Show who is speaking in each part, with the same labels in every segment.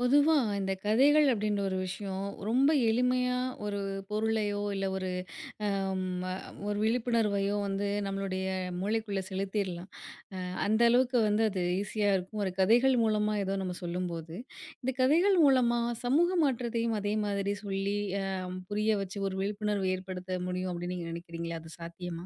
Speaker 1: பொதுவா இந்த கதைகள் அப்படின்ற ஒரு விஷயம் ரொம்ப எளிமையா ஒரு பொருளையோ இல்ல ஒரு ஆம், ஒரு விழிப்புணர்வையோ வந்து நம்மளுடைய மூளைக்குள்ள செலுத்திடலாம். அந்த அளவுக்கு வந்து அது ஈஸியா இருக்கும் ஒரு கதைகள் மூலமா ஏதோ நம்ம சொல்லும்போது இந்த கதைகள் மூலமா சமூக மாற்றத்தையும் அதே மாதிரி சொல்லி ஆம், புரிய வச்சு ஒரு விழிப்புணர்வு ஏற்படுத்த முடியும் அப்படின்னு நீங்க நினைக்கிறீங்களா? அது சாத்தியமா?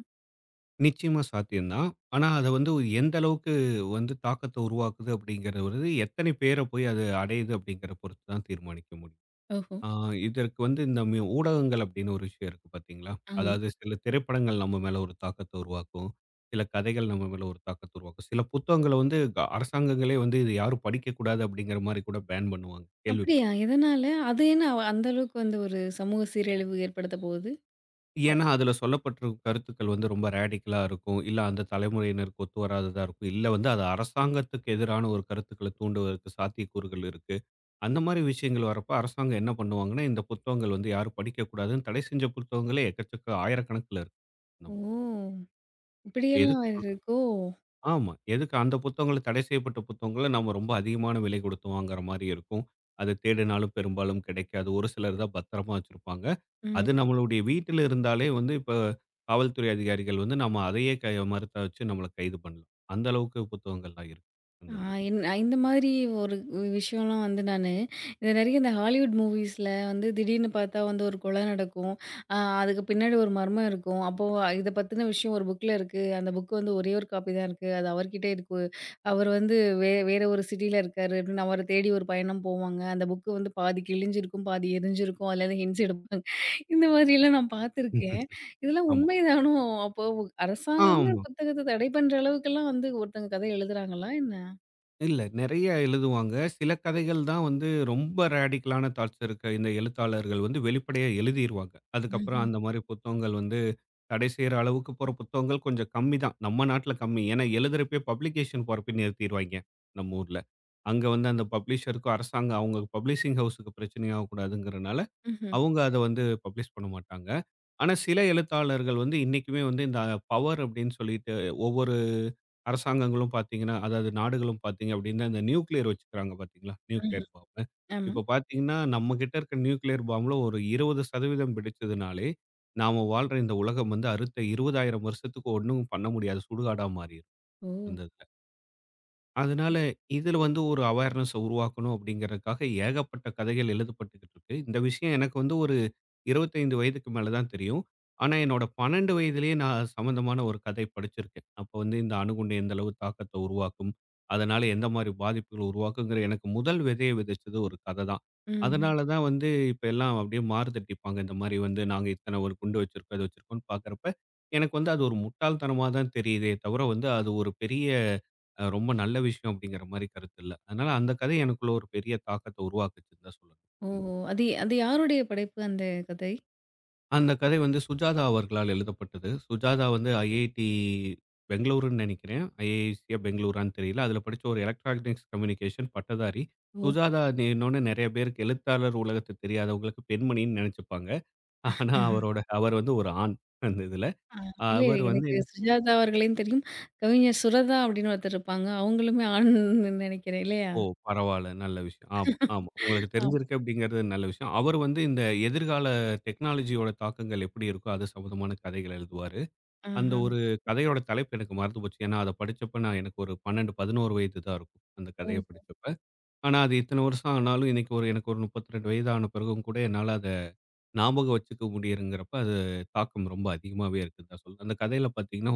Speaker 2: நிச்சயமா சாத்தியம் தான். ஆனா, அத வந்து ஒரு எந்த அளவுக்கு வந்து தாக்கத்த உருவாக்குது அப்படிங்கிறது வந்து, எத்தனை பேர போய் அது அடையுது அப்படிங்கிற பொறுத்து தான் தீர்மானிக்க முடியும்.
Speaker 1: ஓஹோ.
Speaker 2: ஆ, இதற்கு வந்து இந்த ஊடகங்கள் அப்படின்னு ஒரு விஷயம் இருக்கு பார்த்தீங்களா?
Speaker 1: ஆமா.
Speaker 2: அதாவது சில திரைப்படங்கள் நம்ம மேல ஒரு தாக்கத்த உருவாக்கும். சில கதைகள் நம்ம மேல ஒரு தாக்கத்த உருவாக்கும். சில புத்தகங்கள வந்து அரசாங்கங்களே வந்து, "இத யாரும் படிக்கக்கூடாது" அப்படிங்கிற மாரி கூட பேன் பண்ணுவாங்க.
Speaker 1: அப்படியா?
Speaker 2: கேள்விப்பட்டிருக்கீங்களா?
Speaker 1: எதனால? அது என்ன அந்த அளவுக்கு வந்து ஒரு சமூக சீரழிவு ஏற்படுத்த போகுது?
Speaker 2: ஏன்னா, அதுல சொல்லப்பட்டிருக்கும் கருத்துக்கள் வந்து ரொம்ப ரேடிக்கலா இருக்கும். இல்ல அந்த தலைமுறையினருக்கு ஒத்து வராததா இருக்கும். இல்ல வந்து அது அரசாங்கத்துக்கு எதிரான ஒரு கருத்துக்கள தூண்டுவதற்கு சாத்தியக்கூறுகள் இருக்கு. அந்த மாரி விஷயங்கள் வரப்ப அரசாங்கம் என்ன பண்ணுவாங்கன்னா, இந்த புத்தகங்கள் வந்து யாரும் படிக்கக்கூடாதுன்னு தடை செஞ்ச புத்தகங்களே எக்கச்சக்க ஆயிரக்கணக்குல இருக்கு.
Speaker 1: ஓ,
Speaker 2: நம்ம
Speaker 1: இப்படியெல்லாம் வேற
Speaker 2: எதுக்கு
Speaker 1: இருக்கோ!
Speaker 2: ஆமா. எதுக்கு அந்த புத்தகங்கள தடை செய்யப்பட்ட புத்தகங்கள நம்ம ரொம்ப அதிகமான விலை குடுத்து வாங்குற மாரி இருக்கும். அத தேடினாலும் பெரும்பாலும் கிடைக்காது. ஒரு சிலர் தான் பத்திரமா வச்சிருப்பாங்க.
Speaker 1: ம்.
Speaker 2: அது நம்மளுடைய வீட்டில இருந்தாலே வந்து இப்ப காவல்துறை அதிகாரிகள் வந்து நம்ம அதையே கை மரத்த வச்சு நம்மள கைது பண்ணலாம். அந்த அளவுக்கு புத்தகங்கள்லாம் இருக்கு. அந்த
Speaker 1: ஆ
Speaker 2: இதுல.
Speaker 1: என் இந்த மாதிரி ஒரு விஷயம்லாம் வந்து நானு, இது நிறைய இந்த ஹாலிவுட் மூவிஸ்ல வந்து திடீர்னு பார்த்தா வந்து ஒரு கொலை நடக்கும். அ அதுக்கு பின்னாடி ஒரு மர்மம் இருக்கும். அப்போ இத பத்தின விஷயம் ஒரு புக்ல இருக்கு. அந்த புக் வந்து ஒரே ஒரு காப்பி தான் இருக்கு. அது அவர்கிட்ட இருக்கு. அவர் வந்து வேற ஒரு சிட்டில இருக்காரு அப்படின்னு அவர தேடி ஒரு பயணம் போவாங்க. அந்த புக் வந்து பாதி கிழிஞ்சிருக்கும், பாதி எரிஞ்சிருக்கும். அதுல இருந்து ஹிண்ட்ஸ் எடுப்பாங்க. இந்த மாதிரிலாம் நான் பார்த்துருக்கேன். இதெல்லாம்
Speaker 2: ஆமா.
Speaker 1: உண்மைதானோ? அப்போ அரசாங்கமே ஒரு
Speaker 2: ஆமா.
Speaker 1: புத்தகத்த தடை பண்ற அளவுக்கெல்லாம் வந்து ஒருத்தங்க கதை எழுதுறாங்களா என்ன?
Speaker 2: இல்ல. நெறைய எழுதுவாங்க. சில கதைகள் தான் வந்து ரொம்ப ரேடிக்கலான தாட்ஸ் இருக்க இந்த எழுத்தாளர்கள் வந்து வெளிப்படையா எழுதிருவாங்க. அதுக்கப்புறம்
Speaker 1: ம்ஹ்ம்.
Speaker 2: அந்த மாரி புத்தகங்கள் வந்து தடை செய்ற அளவுக்கு போற புத்தகங்கள் கொஞ்சம் கம்மி தான். நம்ம நாட்ல கம்மி. ஏன்னா எழுதுறப்பயே பப்ளிகேஷன் போறப்பயே நிறுத்திருவாய்ங்க, நம்ம ஊர்ல. அங்க வந்து அந்த பப்ளிஷருக்கும் அரசாங்கம் அவங்க பப்ளிஷிங் ஹவுஸுக்கு பிரச்சனையாக கூடாதுங்கிறனால,
Speaker 1: ம்ஹ்ம்.
Speaker 2: அவங்க அத வந்து பப்ளிஷ் பண்ண மாட்டாங்க. ஆனா, சில எழுத்தாளர்கள் வந்து இன்னைக்குமே வந்து இந்த பவர் அப்படின்னு சொல்லிட்டு ஒவ்வொரு அரசாங்கங்களும் பார்த்தீங்கன்னா, அதாவது நாடுகளும் பார்த்தீங்க அப்படின்னா, இந்த நியூக்ளியர் வச்சுக்கிறாங்க பார்த்தீங்களா? நியூக்ளியர்
Speaker 1: ம்ஹ்ம்.
Speaker 2: பாம்பு.
Speaker 1: ஆமா.
Speaker 2: இப்ப பார்த்தீங்கன்னா, நம்ம கிட்ட இருக்க நியூக்ளியர் பாம்புல ஒரு 20% வெடிச்சதுனாலே, நாம வாழ்ற இந்த உலகம் வந்து அடுத்த 20,000 வருஷத்துக்கு ஒண்ணும் பண்ண முடியாத சுடுகாடா மாறிரும்.
Speaker 1: ஓ!
Speaker 2: அந்த இதுல. அதனால, இதுல வந்து ஒரு அவேர்னஸ உருவாக்கணும் அப்படிங்கிறதுக்காக ஏகப்பட்ட கதைகள் எழுதப்பட்டுக்கிட்டு இருக்கு. இந்த விஷயம் எனக்கு வந்து ஒரு 25 வயதுக்கு மேல தான் தெரியும். ஆனா, என்னோட 12 வயதிலேயே நான் சம்மந்தமான ஒரு கதை படிச்சிருக்கேன். அப்ப வந்து இந்த அணுகுண்டு எந்த அளவு தாக்கத்த உருவாக்கும், அதனால எந்த மாரி பாதிப்புகள் உருவாக்குங்கிற எனக்கு முதல் விதைய விதைச்சது ஒரு கத தான்.
Speaker 1: ம்ஹ்ம்.
Speaker 2: அதனால தான் வந்து இப்ப எல்லாம் அப்படியே மாறுதட்டிப்பாங்க. இந்த மாரி வந்து நாங்க இத்தன ஒரு குண்டு வச்சிருக்கோம், இது வச்சிருக்கோம்ன்னு பார்க்கிறப்ப, எனக்கு வந்து அது ஒரு முட்டாள்தனமா தான் தெரியுதே தவிர வந்து அது ஒரு பெரிய ரொம்ப நல்ல விஷயம் அப்படிங்கிற மாரி கருத்து இல்ல. அதனால அந்த கதை எனக்குள்ள ஒரு பெரிய தாக்கத்த உருவாக்குச்சுன்னு தான் சொல்லணும். ம்.
Speaker 1: ஓஹோ! அது அது யாருடைய படைப்பு அந்த கதை?
Speaker 2: அந்த கதை வந்து சுஜாதா அவர்களால் எழுதப்பட்டது. சுஜாதா வந்து ஐஐடி பெங்களூருன்னு நெனைக்கிறேன். ஐஐசியா பெங்களூரான்னு தெரியல. அதுல படிச்ச ஒரு எலக்ட்ரானிக்ஸ் கம்யூனிகேஷன் பட்டதாரி.
Speaker 1: ஓஹோ!
Speaker 2: சுஜாதா இன்னொன்னு நெறைய பேருக்கு எழுத்தாளர் உலகத்து தெரியாதவங்களுக்கு பெண்மணின்னு நெனைச்சுப்பாங்க. ஆனா அவரோட அவர் வந்து ஒரு ஆண். அந்த இதுல.
Speaker 1: ஆ இல்ல,
Speaker 2: அவர் வந்து
Speaker 1: எனக்கு சுஜாதா அவர்களையும் தெரியும். கவிஞர் சுரதா அப்படின்னு ஒருத்தர் இருப்பாங்க. அவங்களுமே ஆண்ன்னு நெனைக்கிறேன் இல்லையா?
Speaker 2: ஓ! பரவால்ல. நல்ல விஷயம். ஆமா, ஆமா. உங்களுக்கு
Speaker 1: ஆம்.
Speaker 2: தெரிஞ்சிருக்கு அப்படிங்கிறது நல்ல விஷயம். அவர் வந்து இந்த எதிர்கால டெக்னாலஜியோட தாக்கங்கள் எப்படி இருக்கோ, அது சம்மந்தமான கதைகள் எழுதுவாரு. அந்த
Speaker 1: ஆஹா.
Speaker 2: ஒரு கதையோட தலைப்பு எனக்கு மறந்து போச்சு. ஏன்னா, அத படிச்சப்ப நான் எனக்கு ஒரு 12, 11 வயது தான் இருக்கும். அந்த
Speaker 1: ஓ!
Speaker 2: கதைய படிச்சப்ப. ஆனா, அது இத்தன வருஷம் ஆனாலும் இன்னைக்கு ஒரு எனக்கு ஒரு 32 வயது ஆன பிறகும் கூட என்னால அத ஞாபகம் வச்சுக்க முடியுதுங்கிறப்ப, அது தாக்கம் ரொம்ப அதிகமாவே இருக்குன்னு தான் சொல்லணும். அந்த கதையில பார்த்தீங்கன்னா,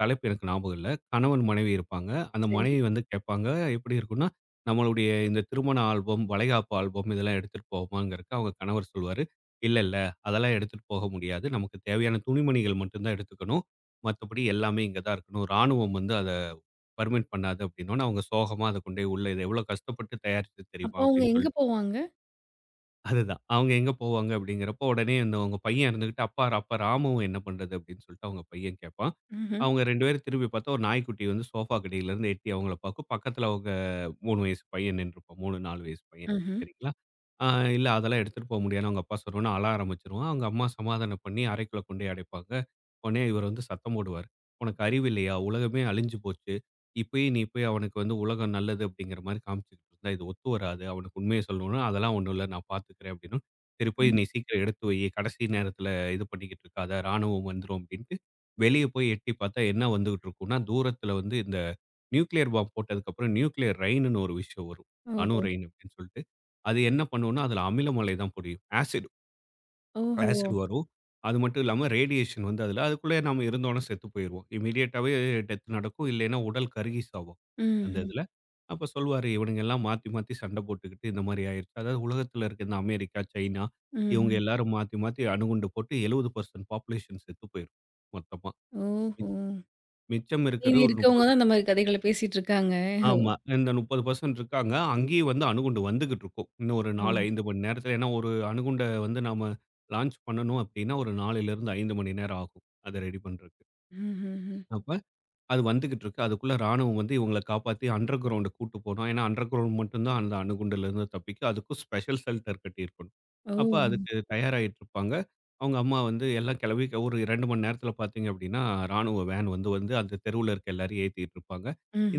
Speaker 2: தலைப்பு எனக்கு ஞாபகம் இல்ல. கணவன், மனைவி இருப்பாங்க. அந்த
Speaker 1: சரி.
Speaker 2: மனைவி வந்து கேட்பாங்க, எப்படி இருக்கும்னா, "நம்மளுடைய இந்த திருமண ஆல்பம், வளைகாப்பு ஆல்பம் இதெல்லாம் எடுத்துட்டு போவோமாங்கிறதுக்கு". அவங்க கணவர் சொல்வாரு. "இல்ல, இல்ல அதெல்லாம் எடுத்துட்டு போக முடியாது. நமக்கு தேவையான துணிமணிகள் மட்டும் தான் எடுத்துக்கணும். மத்தபடி எல்லாமே இங்க தான் இருக்கணும். ராணுவம் வந்து அத பர்மிட் பண்ணாது" அப்படின்னோனே அவங்க சோகமா அத கொண்டு போய் உள்ள "இது எவ்வளோ கஷ்டப்பட்டு தயாரிச்சது தெரியுமா?"
Speaker 1: அப்போ அவங்க
Speaker 2: அப்படின்னு
Speaker 1: எங்க
Speaker 2: சொல்லி
Speaker 1: போவாங்க?
Speaker 2: அதுதான். அவங்க எங்க போவாங்க அப்படிங்கிறப்போ, உடனே இந்த உங்க பையன் இருந்துகிட்டு, "அப்பா அப்பா ராமுவும் என்ன பண்றது?" அப்படின்னு சொல்லிட்டு அவங்க பையன் கேட்பான்.
Speaker 1: ம்ஹ்ம்.
Speaker 2: அவங்க 2 பேரும் திரும்பி பார்த்தா, ஒரு நாய்க்குட்டி வந்து சோஃபாக்கு அடியிலருந்து எட்டி அவங்கள பார்க்கும். பக்கத்துல அவங்க 3 வயசு பையன் நின்றுப்பான். 3, 4 வயசு பையன்.
Speaker 1: ம்ஹ்ம்.
Speaker 2: சரிங்களா? ஆ, "இல்ல அதெல்லாம் எடுத்துட்டு போ முடியாதுன்னு" அவங்க அப்பா சொன்னோனே அழ ஆரம்பிச்சுருவான். அவங்க அம்மா சமாதானம் பண்ணி அறைக்குள்ள கொண்டு போய் அடைப்பாங்க. உடனே இவர் வந்து சத்தம் போடுவாரு. "உனக்கு அறிவு இல்லையா? உலகமே அழிஞ்சு போச்சு. இப்பயே நீ போய் அவனுக்கு வந்து உலகம் நல்லது அப்படிங்கிற மாதிரி காமிச்சுக்கிட்டு இருந்தா இது ஒத்து வராது. அவனுக்கு உண்மைய சொல்லணும்னா, அதெல்லாம் ஒண்ணும் இல்ல நான் பார்த்துக்கிறேன் அப்படின்னும். சரி போய்
Speaker 1: ம்.
Speaker 2: நீ சீக்கிரம் எடுத்து வை. கடைசி நேரத்தில இது பண்ணிக்கிட்டு இருக்காத. ராணுவம் வந்துரும் அப்படின்ட்டு வெளிய போய் எட்டி பார்த்தா என்ன வந்துகிட்டு இருக்கும்னா, தூரத்தில வந்து இந்த நியூக்ளியர் பாம் போட்டதுக்கப்புறம் நியூக்ளியர் ரெயின்னு ஒரு விஷயம் வரும். அணு
Speaker 1: ஓஹோ!
Speaker 2: ரெயின் அப்படின்னு சொல்லிட்டு. அது என்ன பண்ணும்னா, அதில அமில மழை தான் பொழியும். ஆசிட்
Speaker 1: ஓஹோ!
Speaker 2: ஆசிட் வரும். அது மட்டும் இல்லாம ரேடியேஷன் வந்து அதில அதுக்குள்ளே நாம இருந்தோம்னா செத்து போயிருவோம். இமிடியேட்டாவே டெத் நடக்கும். இல்லைன்னா உடல் கருகி சாவும். அந்த
Speaker 1: ம்ஹ்ம்.
Speaker 2: இதில. அப்ப சொல்வாரு, "இவனுங்க எல்லாம் மாத்தி, மாத்தி சண்டை போட்டுக்கிட்டு இந்த மாரி ஆயிருச்சு." அதாவது உலகத்தில இருக்க இந்த அமெரிக்கா, சைனா இவங்க
Speaker 1: ம்ஹ்ம்.
Speaker 2: எல்லாரும் மாத்தி, மாத்தி அணுகுண்டு போட்டு 70% பாப்புலேஷன் செத்து போயிரும் மொத்தமா. மி
Speaker 1: ஓஹோ!
Speaker 2: மிச்சம்
Speaker 1: மீதி
Speaker 2: இருக்கிறது ஒரு
Speaker 1: இருக்கவங்க
Speaker 2: 30.
Speaker 1: தான் இந்த மாரி கதைகள பேசிட்டு இருக்காங்க.
Speaker 2: ஆமா. இந்த 30% இருக்காங்க. அங்கேயும் வந்து அணுகுண்டு வந்துகிட்டு இருக்கும். இன்னும் ஒரு 4,
Speaker 1: ம்.
Speaker 2: 5 மணி நேரத்துல. ஏன்னா, ஒரு அணுகுண்ட வந்து நாம லான்ச் பண்ணணும் அப்டின்னா, ஒரு 4லிருந்து 5 மணி நேரம் ஆகும். அத ரெடி பண்றதுக்கு.
Speaker 1: ம்ஹ்ம்.
Speaker 2: அப்ப அது வந்துகிட்டு இருக்கு. அதுக்குள்ள ராணுவம் வந்து இவங்கள காப்பாத்தி அண்டர் கிரவுண்ட் கூட்டு போணும். ஏன்னா, அண்டர் கிரவுண்ட் மட்டும் தான் அந்த அணுகுண்டுல இருந்து தப்பிக்கும். அதுக்கும் ஸ்பெஷல் ஷெல்டர் கட்டியிருக்கணும்.
Speaker 1: ஓ!
Speaker 2: அப்ப அதுக்கு தயாராகிட்டு இருப்பாங்க. அவங்க அம்மா வந்து எல்லாம் கிளம்பி ஒரு 2 மணி நேரத்தில பார்த்தீங்க அப்படின்னா, ராணுவ வேன் வந்து வந்து அந்த தெருவுல இருக்க எல்லாரையும் ஏத்திட்டு இருப்பாங்க.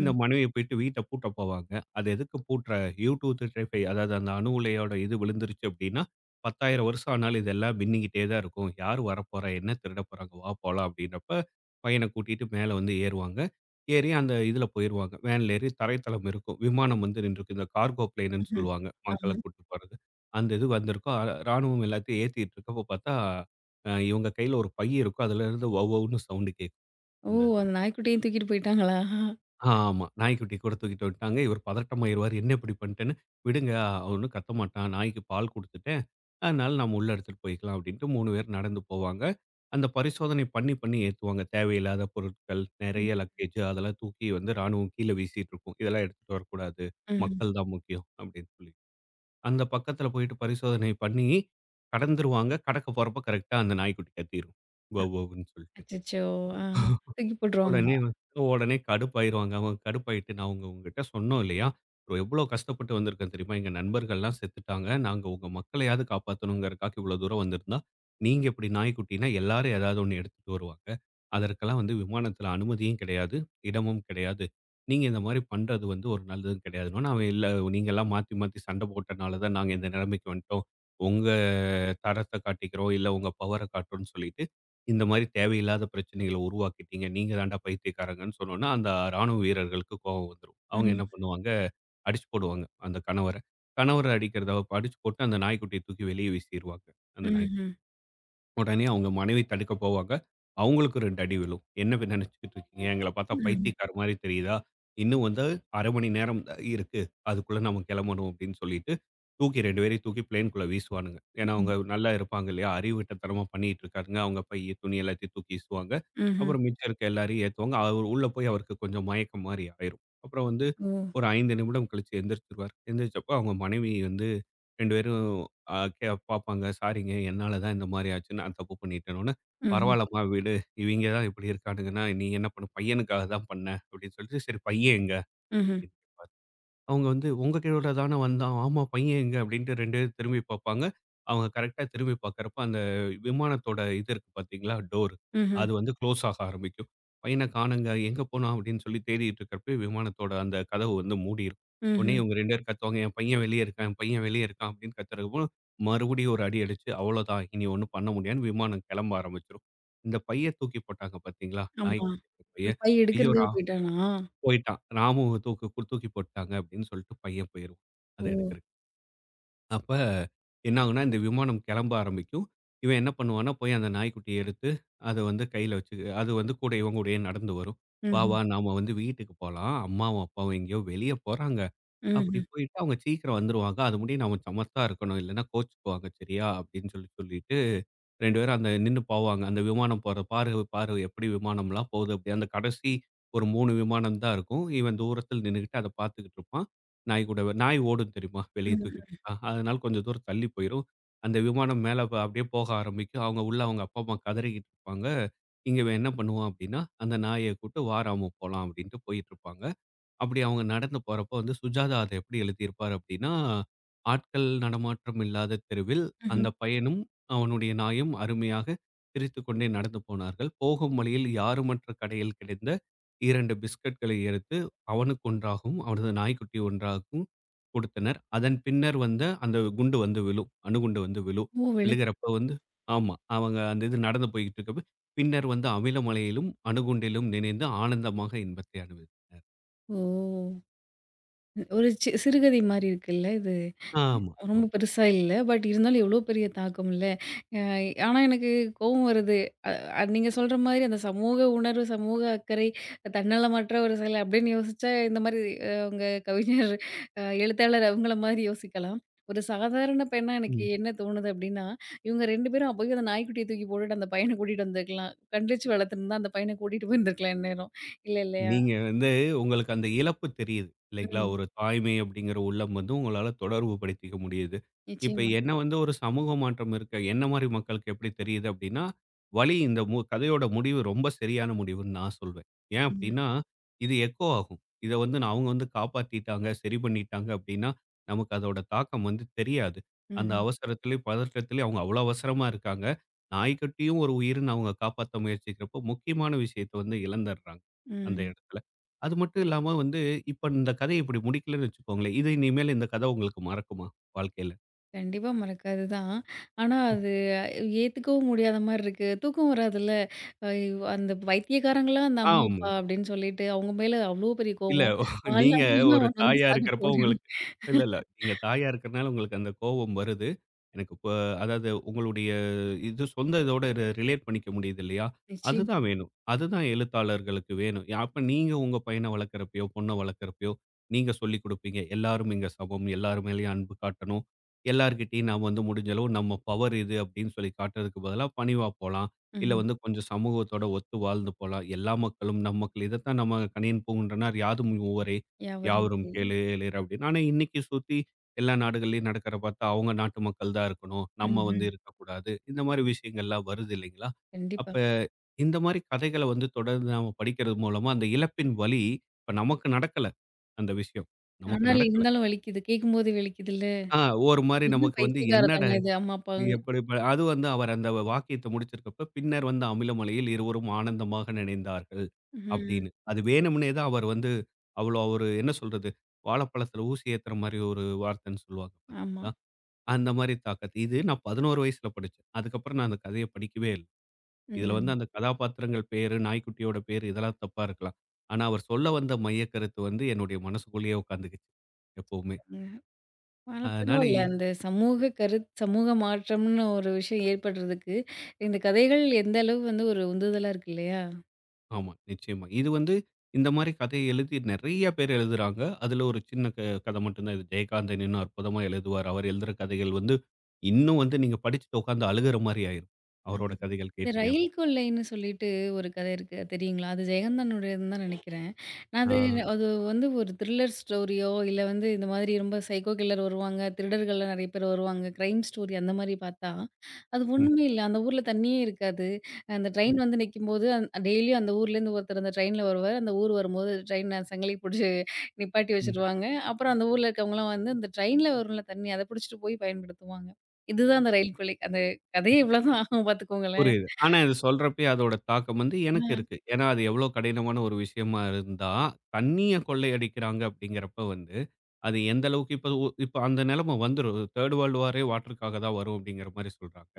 Speaker 2: இந்த மனைவிய போயிட்டு வீட்ட பூட்ட போவாங்க. அது எதுக்கு பூட்டுற U235 அதாவது அந்த அணு உலையோட இது விழுந்துருச்சு அப்படின்னா, 10,000 வருஷம் ஆனாலும் இதெல்லாம் மின்னிக்கிட்டே தான் இருக்கும். யார் வரப்போறா? என்ன திருட போறாங்க? வா போலாம் அப்படின்றப்ப பையன கூட்டிட்டு மேல வந்து ஏறுவாங்க. ஏறி அந்த இதுல போயிருவாங்க. வேன்ல ஏறி தரைத்தளம் இருக்கும். விமானம் வந்து நின்றுருக்கும். இந்த கார்கோ பிளேன்ன்னு
Speaker 1: ம்ஹ்ம்.
Speaker 2: சொல்லுவாங்க. மக்கள
Speaker 1: ஆமா.
Speaker 2: கூட்டு போறது. அந்த இது வந்திருக்கும். ராணுவம் எல்லாத்தையும் ஏத்திட்டு இருக்கப்போ பார்த்தா, இவங்க கையில ஒரு பை இருக்கும். அதுலருந்து வவ் வவ்ன்னு சவுண்ட் கேட்கும்.
Speaker 1: ஓ!
Speaker 2: அந்த
Speaker 1: அந்த நாய்க்குட்டியும் தூக்கிட்டு போயிட்டாங்களா?
Speaker 2: ஆமா. நாய்க்குட்டி கூட தூக்கிட்டு வந்துட்டாங்க. இவர் பதட்டமாயிருவாரு. என்ன இப்படி பண்ணிட்டேன்னு. விடுங்க அவன் ஒண்ணும் கத்த மாட்டான். நாய்க்கு பால் குடுத்துட்டேன். அதனால நம்ம உள்ள எடுத்துட்டு போய்க்கலாம் அப்படின்ட்டு 3 பேர் நடந்து போவாங்க. அந்த பரிசோதனை பண்ணி, பண்ணி ஏத்துவாங்க. தேவையில்லாத பொருட்கள்,
Speaker 1: ம்.
Speaker 2: நெறைய லக்கேஜ் அதெல்லாம் தூக்கி வந்து ராணுவம் கீழ வீசிட்டு இருக்கும். இதெல்லாம் எடுத்துட்டு வரக்கூடாது.
Speaker 1: ம்.
Speaker 2: மக்கள் தான் முக்கியம் அப்படின்னு சொல்லி. அந்த பக்கத்துல போயிட்டு பரிசோதனை பண்ணி கடந்துருவாங்க. கடக்க போறப்ப கரெக்ட்டா அந்த நாய்க்குட்டி கத்திரும். வவ் வவ்ன்னு சொல்லிட்டு.
Speaker 1: அச்சச்சோ! ஆ. தூக்கி
Speaker 2: உடனே
Speaker 1: போட்டுருவாங்களா?
Speaker 2: வ உடனே கடுப்பாயிருவாங்க. அவங்க கடுப்பாயிட்டு, "நான் உங்ககிட்ட சொன்னோம் இல்லையா? எவ்ளோ கஷ்டப்பட்டு வந்திருக்கேன் தெரியுமா? எங்க நண்பர்கள்லாம் செத்துட்டாங்க. நாங்க உங்க மக்களையாவது காப்பாத்தணும்ங்கறக்காக இவ்ளோ தூரம் வந்திருந்தா, நீங்க இப்படி நாய்க்குட்டின்னா எல்லாரும் ஏதாவது ஒண்ணு எடுத்துட்டு வருவாங்க. அதற்கெல்லாம் வந்து விமானத்துல அனுமதியும் கிடையாது, இடமும் கிடையாது. நீங்க இந்த மாரி பண்றது வந்து ஒரு நல்லதும் கிடையாதுன்னோனே". அவன் "இல்ல நீங்கலாம் மாத்தி மாத்தி சண்டை போட்டனால தான் நாங்க இந்த நிலைமைக்கு வந்துட்டோம். உங்க தரத்தை காட்டிக்கிறோம் இல்லை உங்க பவரை காட்டுறோம்னு சொல்லிட்டு இந்த மாதிரி தேவையில்லாத பிரச்சனைகளை உருவாக்கிட்டீங்க நீங்க தாண்டா பைத்தியக்காரங்கன்னு சொன்னோன்னா அந்த ராணுவ வீரர்களுக்கு கோபம் வந்துடும். அவங்க
Speaker 1: ம்.
Speaker 2: என்ன பண்ணுவாங்க. அடிச்சு போடுவாங்க அந்த கணவரை. கணவரை அடிக்கிறத அடிச்சு போட்டு அந்த நாய்க்குட்டியை தூக்கி வெளியே வீசிடுவாங்க. அந்த நாய்
Speaker 1: ம்ஹ்ம்.
Speaker 2: உடனே அவங்க மனைவி தடுக்க போவாங்க. அவங்களுக்கு 2 அடி விழும். என்ன இப்ப நினைச்சுக்கிட்டு இருக்கீங்க? எங்கள பார்த்தா
Speaker 1: ம்.
Speaker 2: பைத்தியக்கார மாரி தெரியுதா? இன்னும் வந்து 1/2 மணி நேரம் தான் இருக்கு. அதுக்குள்ள நம்ம கிளம்பணும் அப்படின்னு சொல்லிட்டு, 2 பேரையும் தூக்கி பிளேன்க்குள்ள வீசுவானுங்க. ஏன்னா,
Speaker 1: ம்.
Speaker 2: அவங்க நல்லா இருப்பாங்க இல்லையா? அறிவுட்டத்தனமா பண்ணிட்டு இருக்காருங்க. அவங்க பை, துணி எல்லாத்தையும் தூக்கி வீசுவாங்க.
Speaker 1: ம்ஹ்ம்.
Speaker 2: அப்புறம் மிச்சம் இருக்க எல்லாரையும் ஏத்துவாங்க. அவரு உள்ள போய் அவருக்கு கொஞ்சம் மயக்கம் மாரி ஆயிரும். அப்புறம் வந்து
Speaker 1: ஓ!
Speaker 2: ஒரு 5 நிமிடம் கழிச்சு எந்திரிச்சுருவாரு. எந்திரிச்சப்போ அவங்க மனைவி வந்து 2 பேரும் கே பார்ப்பாங்க. "சாரிங்க, என்னால தான் இந்த மாரி ஆச்சு. நான் தப்பு பண்ணிட்டேனோன்னே."
Speaker 1: ம்ஹ்ம்.
Speaker 2: "பரவால்லம்மா விடு. இவங்க தான் இப்படி இருக்கானுங்கன்னா, நீ என்ன பண்ண பையனுக்காக தான் பண்ண." அப்படின்னு சொல்லிட்டு, "சரி பையன் எங்க?"
Speaker 1: ம்ஹ்ம்.
Speaker 2: அப்படின்னு கேட்பாரு. அவங்க வந்து, "உங்க கீழோட தான வந்தான். ஆமா பையன் எங்க?" அப்படின்ட்டு 2 பேரும் திரும்பி பார்ப்பாங்க. அவங்க கரெக்ட்டா திரும்பி பார்க்கறப்ப, அந்த விமானத்தோட இது இருக்கு பார்த்தீங்களா? டோர்.
Speaker 1: ம்ஹ்ம்.
Speaker 2: அது வந்து க்ளோஸ் ஆக ஆரம்பிக்கும். "பையன காணோங்க, எங்க போனான்?" அப்படின்னு சொல்லி தேடிட்டு இருக்கிறப்ப, விமானத்தோட அந்த கதவு வந்து மூடிரும். உடனே
Speaker 1: ம்ஹ்ம்.
Speaker 2: இவங்க 2 பேரும் கத்துவாங்க, "என் பையன் வெளிய இருக்கான், என் பையன் வெளிய இருக்கான்" அப்படின்னு கத்துறப்போ, மறுபடியும் ஒரு அடி அடிச்சு, அவ்வளோதான் இனி ஒண்ணும் பண்ண முடியாதுன்னு விமானம் கிளம்ப ஆரம்பிச்சுரும். இந்த பைய தூக்கி போட்டாங்க பார்த்தீங்களா?
Speaker 1: ஆமா.
Speaker 2: நாய்க்குட்டி இருக்க பைய.
Speaker 1: அந்த பை
Speaker 2: ஐயோ!
Speaker 1: எடுக்கிறதுக்காக போயிட்டானா?
Speaker 2: போயிட்டான். "ராமு தூக்கு தூக்கி போட்டுட்டாங்க" அப்படின்னு சொல்லிட்டு பையன் போயிருவான். அத
Speaker 1: ஓ!
Speaker 2: எடுக்கிறக்கு. அப்ப என்ன ஆகும்னா, இந்த விமானம் கிளம்ப ஆரம்பிக்கும். இவன் என்ன பண்ணுவான்னா, போய் அந்த நாய்க்குட்டிய எடுத்து அத வந்து கையில வச்சு அது வந்து கூட இவன் கூடயே நடந்து வரும். "வா,
Speaker 1: ம்ஹ்ம்.
Speaker 2: வா நாம வந்து வீட்டுக்கு போலாம். அம்மாவும், அப்பாவும் எங்கேயோ வெளிய போறாங்க. அப்படி
Speaker 1: ம்ஹ்ம்.
Speaker 2: போயிட்டு அவங்க சீக்கிரம் வந்துருவாங்க. அது முடிய நாம சமத்தா இருக்கணும். இல்லன்னா கோச்சுக்குவாங்க சரியா?" அப்படின்னு சொல்லி சொல்லிட்டு 2 பேரும் அந்த நின்னு போவாங்க. அந்த விமானம் போற பாரு பாரு எப்படி விமானம்லாம் போகுது அப்படி. அந்த கடைசி ஒரு 3 விமானம் தான் இருக்கும். இவன் தூரத்தில நின்னுகிட்டு அத பார்த்துக்கிட்டு இருப்பான். நாய் கூட நாய் ஓடும் தெரியுமா? வெளிய தூக்கி
Speaker 1: ம்.
Speaker 2: போட்டா. அதனால கொஞ்சம் தூரம் தள்ளி போயிரும். அந்த விமானம் மேல அப்படியே போக ஆரம்பிக்கும். அவங்க உள்ள அவங்க அப்பா, அம்மா கதறிக்கிட்டு இருப்பாங்க. இங்க இவன் என்ன பண்ணுவான் அப்படின்னா, அந்த நாய கூட்டு "வா ராமு போலாம்" அப்படின்ட்டு போயிட்டு இருப்பாங்க. அப்படி அவங்க நடந்து போறப்போ வந்து சுஜாதா அதை எப்படி எழுதியிருப்பார் அப்படின்னா, ஆட்கள் நடமாற்றம் இல்லாத தெருவில்
Speaker 1: ம்ஹ்ம்.
Speaker 2: அந்த பையனும், அவனுடைய நாயும் அருமையாக சிரித்துக்கொண்டே நடந்து போனார்கள். போகும் வழியில் யாருமற்ற கடையில் கிடைத்த 2 பிஸ்கட்களை எடுத்து அவனுக்கு ஒன்றாகவும், அவனது நாய்க்குட்டி ஒன்றாகவும் கொடுத்தனர். அதன் பின்னர் வந்த அந்த குண்டு வந்து விழும். அணுகுண்டு வந்து விழும்.
Speaker 1: ஓ! விழு
Speaker 2: விழுகிறப்ப வந்து ஆமா. அவங்க அந்த இது நடந்து போய்க்கிட்டு இருக்கப்ப, பின்னர் வந்து அமிலமழையிலும், அணுகுண்டிலும் நினைந்து ஆனந்தமாக இன்பத்தை அனுபவித்தனர்.
Speaker 1: ஓ! ஒரு சிறுகதை மாரி இருக்குல்ல இது.
Speaker 2: ஆமா. ஆமா.
Speaker 1: ரொம்ப பெருசா இல்ல. பட் இருந்தாலும் எவ்ளோ பெரிய தாக்கம் இல்ல. அ ஆனா எனக்கு கோவம் வருது. நீங்க சொல்ற மாதிரி அந்த சமூக உணர்வு, சமூக அக்கறை, தன்னலமற்ற ஒரு செயல் அப்படின்னு யோசிச்சா இந்த மாதிரி உங்க கவிஞர், எழுத்தாளர் அவங்கள மாதிரி யோசிக்கலாம். ஒரு சாதாரண பெண்ணா எனக்கு
Speaker 2: ம்.
Speaker 1: என்ன தோணுது அப்படின்னா, இவங்க 2 பேரும் அப்பவே அந்த நாய்க்குட்டிய தூக்கி போட்டுட்டு அந்த பையன கூட்டிட்டு வந்திருக்கலாம். கண்டிச்சு வளர்த்துருந்தா அந்த பையன கூட்டிட்டு போயிருந்திருக்கலாம் இந்நேரம். இல்லையா?
Speaker 2: நீங்க வந்து உங்களுக்கு அந்த இழப்பு தெரியுது. இல்லைங்களா?
Speaker 1: ம்.
Speaker 2: ஒரு தாய்மை அப்படிங்கிற உள்ளம் வந்து உங்களால தொடர்பு படுத்திக்க முடியுது. இப்ப
Speaker 1: நிச்சயமா.
Speaker 2: என்ன வந்து ஒரு சமூக மாற்றம் இருக்க என்ன மாரி மக்களுக்கு எப்படி தெரியுது அப்படின்னா, வழி இந்த கதையோட முடிவு ரொம்ப சரியான முடிவுன்னு நான் சொல்வேன். ஏன்
Speaker 1: ம்.
Speaker 2: அப்படின்னா, இது எக்கோ ஆகும். இத வந்து நான் அவங்க வந்து காப்பாத்திட்டாங்க, சரி பண்ணிட்டாங்க அப்படின்னா, நமக்கு அதோட தாக்கம் வந்து தெரியாது. அந்த
Speaker 1: ம்ஹ்ம்.
Speaker 2: அவசரத்திலயும், பதற்றத்திலயும் அவங்க அவ்வளோ அவசரமா இருக்காங்க. நாய்க்குட்டியும் ஒரு உயிர்ன்னு அவங்க காப்பாத்த முயற்சிக்கிறப்போ, முக்கியமான விஷயத்த வந்து இழந்தர்றாங்க. அந்த
Speaker 1: ம்.
Speaker 2: இடத்துல. அது மட்டும் இல்லாம வந்து, இப்ப இந்த கதை இப்படி முடிக்கலன்னு வச்சுக்கோங்களேன். இது இனிமேல் இந்த கதை உங்களுக்கு மறக்குமா? வாழ்க்கையில?
Speaker 1: கண்டிப்பா மறக்காது தான். ஆனா அது ஏத்துக்கவும் முடியாத மாரி இருக்கு. தூக்கம் வராதுல்ல. ஐயோ! அந்த பைத்தியக்காரங்கலாம் அந்த அம்மா,
Speaker 2: ஆமா.
Speaker 1: அப்பா அப்படின்னு சொல்லிட்டு அவங்க மேல அவ்ளோ பெரிய
Speaker 2: இல்ல.
Speaker 1: கோவம்.
Speaker 2: நீங்க
Speaker 1: வாழ்நாள்லாம்
Speaker 2: ஒரு
Speaker 1: அவன் வந்து
Speaker 2: தாயா
Speaker 1: சாகட்டும்
Speaker 2: இருக்கிறப்போ
Speaker 1: அப்படின்னு.
Speaker 2: உங்களுக்கு இல்ல, இல்ல. நீங்க தாயா இருக்கிறனால உங்களுக்கு அந்த கோபம் வருது. எனக்கு இப்ப அதாவது உங்களுடைய இது சொந்த இதோட ரிலேட் பண்ணிக்க முடியுது இல்லையா?
Speaker 1: நிச்சயமா.
Speaker 2: அதுதான் வேணும். அதுதான் எழுத்தாளர்களுக்கு வேணும். அப்ப நீங்க உங்க பையன வளர்க்கிறப்பயோ, பொண்ண வளர்க்கிறப்பயோ, நீங்க சொல்லிக் குடுப்பீங்க. எல்லாரும் இங்க சமம். எல்லார் மேலயும் அன்பு காட்டணும். எல்லார்கிட்டயும் நாம வந்து முடிஞ்ச அளவு நம்ம பவர் இது அப்படின்னு சொல்லி காட்டுறதுக்கு பதிலா பணிவா போலாம். இல்ல
Speaker 1: ம்ஹ்ம்.
Speaker 2: வந்து கொஞ்சம் சமூகத்தோட ஒத்து வாழ்ந்து போலாம். எல்லா மக்களும் நம் மக்கள். இதைத்தான் நம்ம கணியன் பூங்குன்றனார் யாதும் ஊரே
Speaker 1: யாவரும்
Speaker 2: யாவரும்
Speaker 1: கேளீர்.
Speaker 2: கேளு எழிற் அப்படின்னு. ஆனா இன்னைக்கு சுத்தி எல்லா நாடுகள்லயும் நடக்கிற பார்த்தா அவங்க நாட்டு மக்கள் தான் இருக்கணும். நம்ம வந்து
Speaker 1: ம்ஹ்ம்.
Speaker 2: இருக்கக்கூடாது. இந்த மாதிரி விஷயங்கள்லாம் வருது இல்லைங்களா?
Speaker 1: கண்டிப்பா.
Speaker 2: அப்ப இந்த மாதிரி கதைகள வந்து தொடர்ந்து நாம படிக்கிறது மூலமா அந்த இழப்பின் வலி இப்ப நமக்கு நடக்கல அந்த விஷயம். நமக்கு
Speaker 1: ஆனாலும்
Speaker 2: நடக்கல.
Speaker 1: இருந்தாலும் வலிக்குது. கேட்கும்போது வலிக்குதுல்ல.
Speaker 2: ஆ, ஒரு மாரி
Speaker 1: என்ன
Speaker 2: நமக்கு வந்து என்னடா
Speaker 1: பைத்தியக்காரத்தனம் இது அம்மா, அப்பாங்க.
Speaker 2: எப்படி அது வந்து அவர் அந்த வாக்கியத்த முடிச்சிருக்கப்ப, பின்னர் வந்து அமிலமலையில் இருவரும் ஆனந்தமாக நினைந்தார்கள்
Speaker 1: ம்.
Speaker 2: அப்படின்னு. அது வேணும்னே தான் அவர் வந்து அவ்வளோ ஒரு என்ன சொல்றது, வாழைப்பழத்தில ஊசி ஏத்துற மாரி ஒரு வார்த்தைன்னு சொல்லுவாங்க
Speaker 1: ஆமா.
Speaker 2: பார்த்தீங்களா? அந்த மாரி தாக்கத்த இது நான் 11 வயசுல படிச்சேன். அதுக்கப்புறம் நான் அந்த கதைய படிக்கவே இல்ல. இதுல வந்து
Speaker 1: ம்.
Speaker 2: அந்த கதாபாத்திரங்கள் பேரு, நாய்க்குட்டியோட பேரு இதெல்லாம் தப்பா இருக்கலாம். ஆனா அவர் சொல்ல வந்த மையக்கருத்து வந்து என்னுடைய மனசுக்குள்ளேயே உட்காந்துக்குச்சு எப்பவுமே.
Speaker 1: ம். ஆனா
Speaker 2: அதனால
Speaker 1: பரவால்ல. அந்த சமூக சமூக மாற்றம்னு ஒரு விஷயம் ஏற்படுறதுக்கு, இந்த கதைகள் எந்த அளவு வந்து ஒரு உந்துதலா இருக்கு இல்லையா?
Speaker 2: ஆமா, நிச்சயமா. இது வந்து இந்த மாரி கதைய எழுதி நெறைய பேர் எழுதுறாங்க. அதுல ஒரு சின்ன கதை மட்டும் தான். இது ஜெயகாந்தன் இன்னும் அற்புதமா எழுதுவார். அவர் எழுதுற கதைகள் வந்து இன்னும் வந்து நீங்க படிச்சுட்டு உட்கார்ந்து அழுகுற மாரி ஆயிரும். அவரோட கதைகள்
Speaker 1: இந்த
Speaker 2: கேட்டீங்க
Speaker 1: ரயில் கொள்ளைன்னு சொல்லிட்டு ஒரு கதை இருக்கு. அது தெரியுங்களா? அது ஜெயகாந்தனுடையதுன்னு தான் நினைக்கிறேன். அது
Speaker 2: அப்டின்னா.
Speaker 1: அது வந்து ஒரு த்ரில்லர் ஸ்டோரியோ, இல்ல வந்து இந்த மாதிரி ரொம்ப சைக்கோ கில்லர் வருவாங்க, திருடர்கள்லாம் நெறைய பேர் வருவாங்க, கிரைம் ஸ்டோரி அந்த மாரி பார்த்தா, அது
Speaker 2: ம்,
Speaker 1: ஒண்ணுமே இல்ல. அந்த ஊர்ல தண்ணியே இருக்காது. அந்த
Speaker 2: ம்,
Speaker 1: ட்ரெயின் வந்து நிக்கும்போது, டெய்லியும் அந்த ஊர்லேருந்து ஒருத்தர் அந்த ட்ரெயின்ல வருவாரு. அந்த ஊர் வரும்போது ட்ரெயின சங்கிலி புடிச்சு நிப்பாட்டி
Speaker 2: ம்.
Speaker 1: வச்சுருவாங்க. அப்புறம் அந்த ஊர்ல இருக்கவங்கலாம் வந்து அந்த ட்ரெயின்ல வரும்ல தண்ணி, அத புடிச்சிட்டு போய் பயன்படுத்துவாங்க. இதுதான் அந்த ரயில் கொள்ளை. அந்த கதையே இவ்வளோதான் ஆகும் பார்த்துக்கோங்களேன்.
Speaker 2: புரியுது. ஆனா இது சொல்றப்பயே அதோட தாக்கம் வந்து எனக்கு
Speaker 1: ஆ.
Speaker 2: இருக்கு. ஏன்னா அது எவ்ளோ கடினமான ஒரு விஷயமா இருந்தா, தண்ணீய கொள்ளையடிக்கிறாங்க அப்டிங்கிறப்ப வந்து, அது எந்த அளவுக்கு இப்ப இப்ப அந்த நெலம வந்துரும். 3 வேர்ல்டு வாரே வாட்டருக்காக தான் வரும் அப்டிங்கிற மாரி சொல்றாங்க.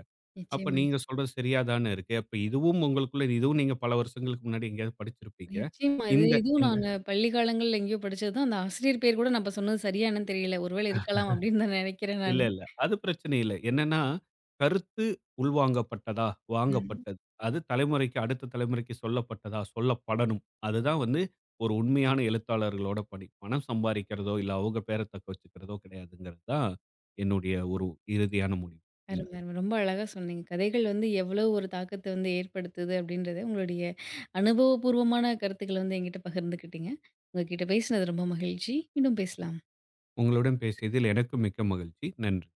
Speaker 2: அப்ப
Speaker 1: நிச்சயமா.
Speaker 2: நீங்க சொல்றது சரியா தானே இருக்கு. அப்ப இதுவும் உங்களுக்குள்ள இதுவும் நீங்க பல வருஷங்களுக்கு முன்னாடி எங்கேயாவது படிச்சிருப்பீங்க.
Speaker 1: நிச்சயமா. இது
Speaker 2: இந்த
Speaker 1: இதுவும்
Speaker 2: இந்த
Speaker 1: நானு பள்ளி காலங்கள்ல எங்கேயோ படிச்சதுதான். அந்த ஆசிரியர் பேர் கூட நம்ம சொன்னது சரியா என்னன்னு தெரியல. ஒருவேளை இருக்கலாம் அப்படின்னு தான் நினைக்கிறேன்
Speaker 2: இல்ல,
Speaker 1: நானு.
Speaker 2: இல்ல. அது பிரச்சனை இல்ல. என்னன்னா, கருத்து உள்வாங்கப்பட்டதா?
Speaker 1: ம்.
Speaker 2: வாங்கப்பட்டது. அது தலைமுறைக்கு அடுத்த தலைமுறைக்கு சொல்லப்பட்டதா? சொல்லப்படணும். அதுதான் வந்து ஒரு உண்மையான எழுத்தாளர்களோட பணி. பணம் சம்பாரிக்கிறதோ, இல்ல அவங்க பேர தக்க வச்சுக்கிறதோ கிடையாதுங்கிறது தான் என்னுடைய ஒரு இறுதியான முடிவு. இந்த
Speaker 1: அருமை, அருமை. ரொம்ப அழகா சொன்னீங்க. கதைகள் வந்து எவ்வளவு ஒரு தாக்கத்த வந்து ஏற்படுத்துது அப்படின்றத உங்களுடைய அனுபவபூர்வமான கருத்துக்கள வந்து என்கிட்ட பகிர்ந்துக்கிட்டீங்க. உங்ககிட்ட பேசினது ரொம்ப மகிழ்ச்சி. மீண்டும் பேசலாம்.
Speaker 2: உங்களுடன் பேசியதில் எனக்கும் மிக்க மகிழ்ச்சி. நன்றி.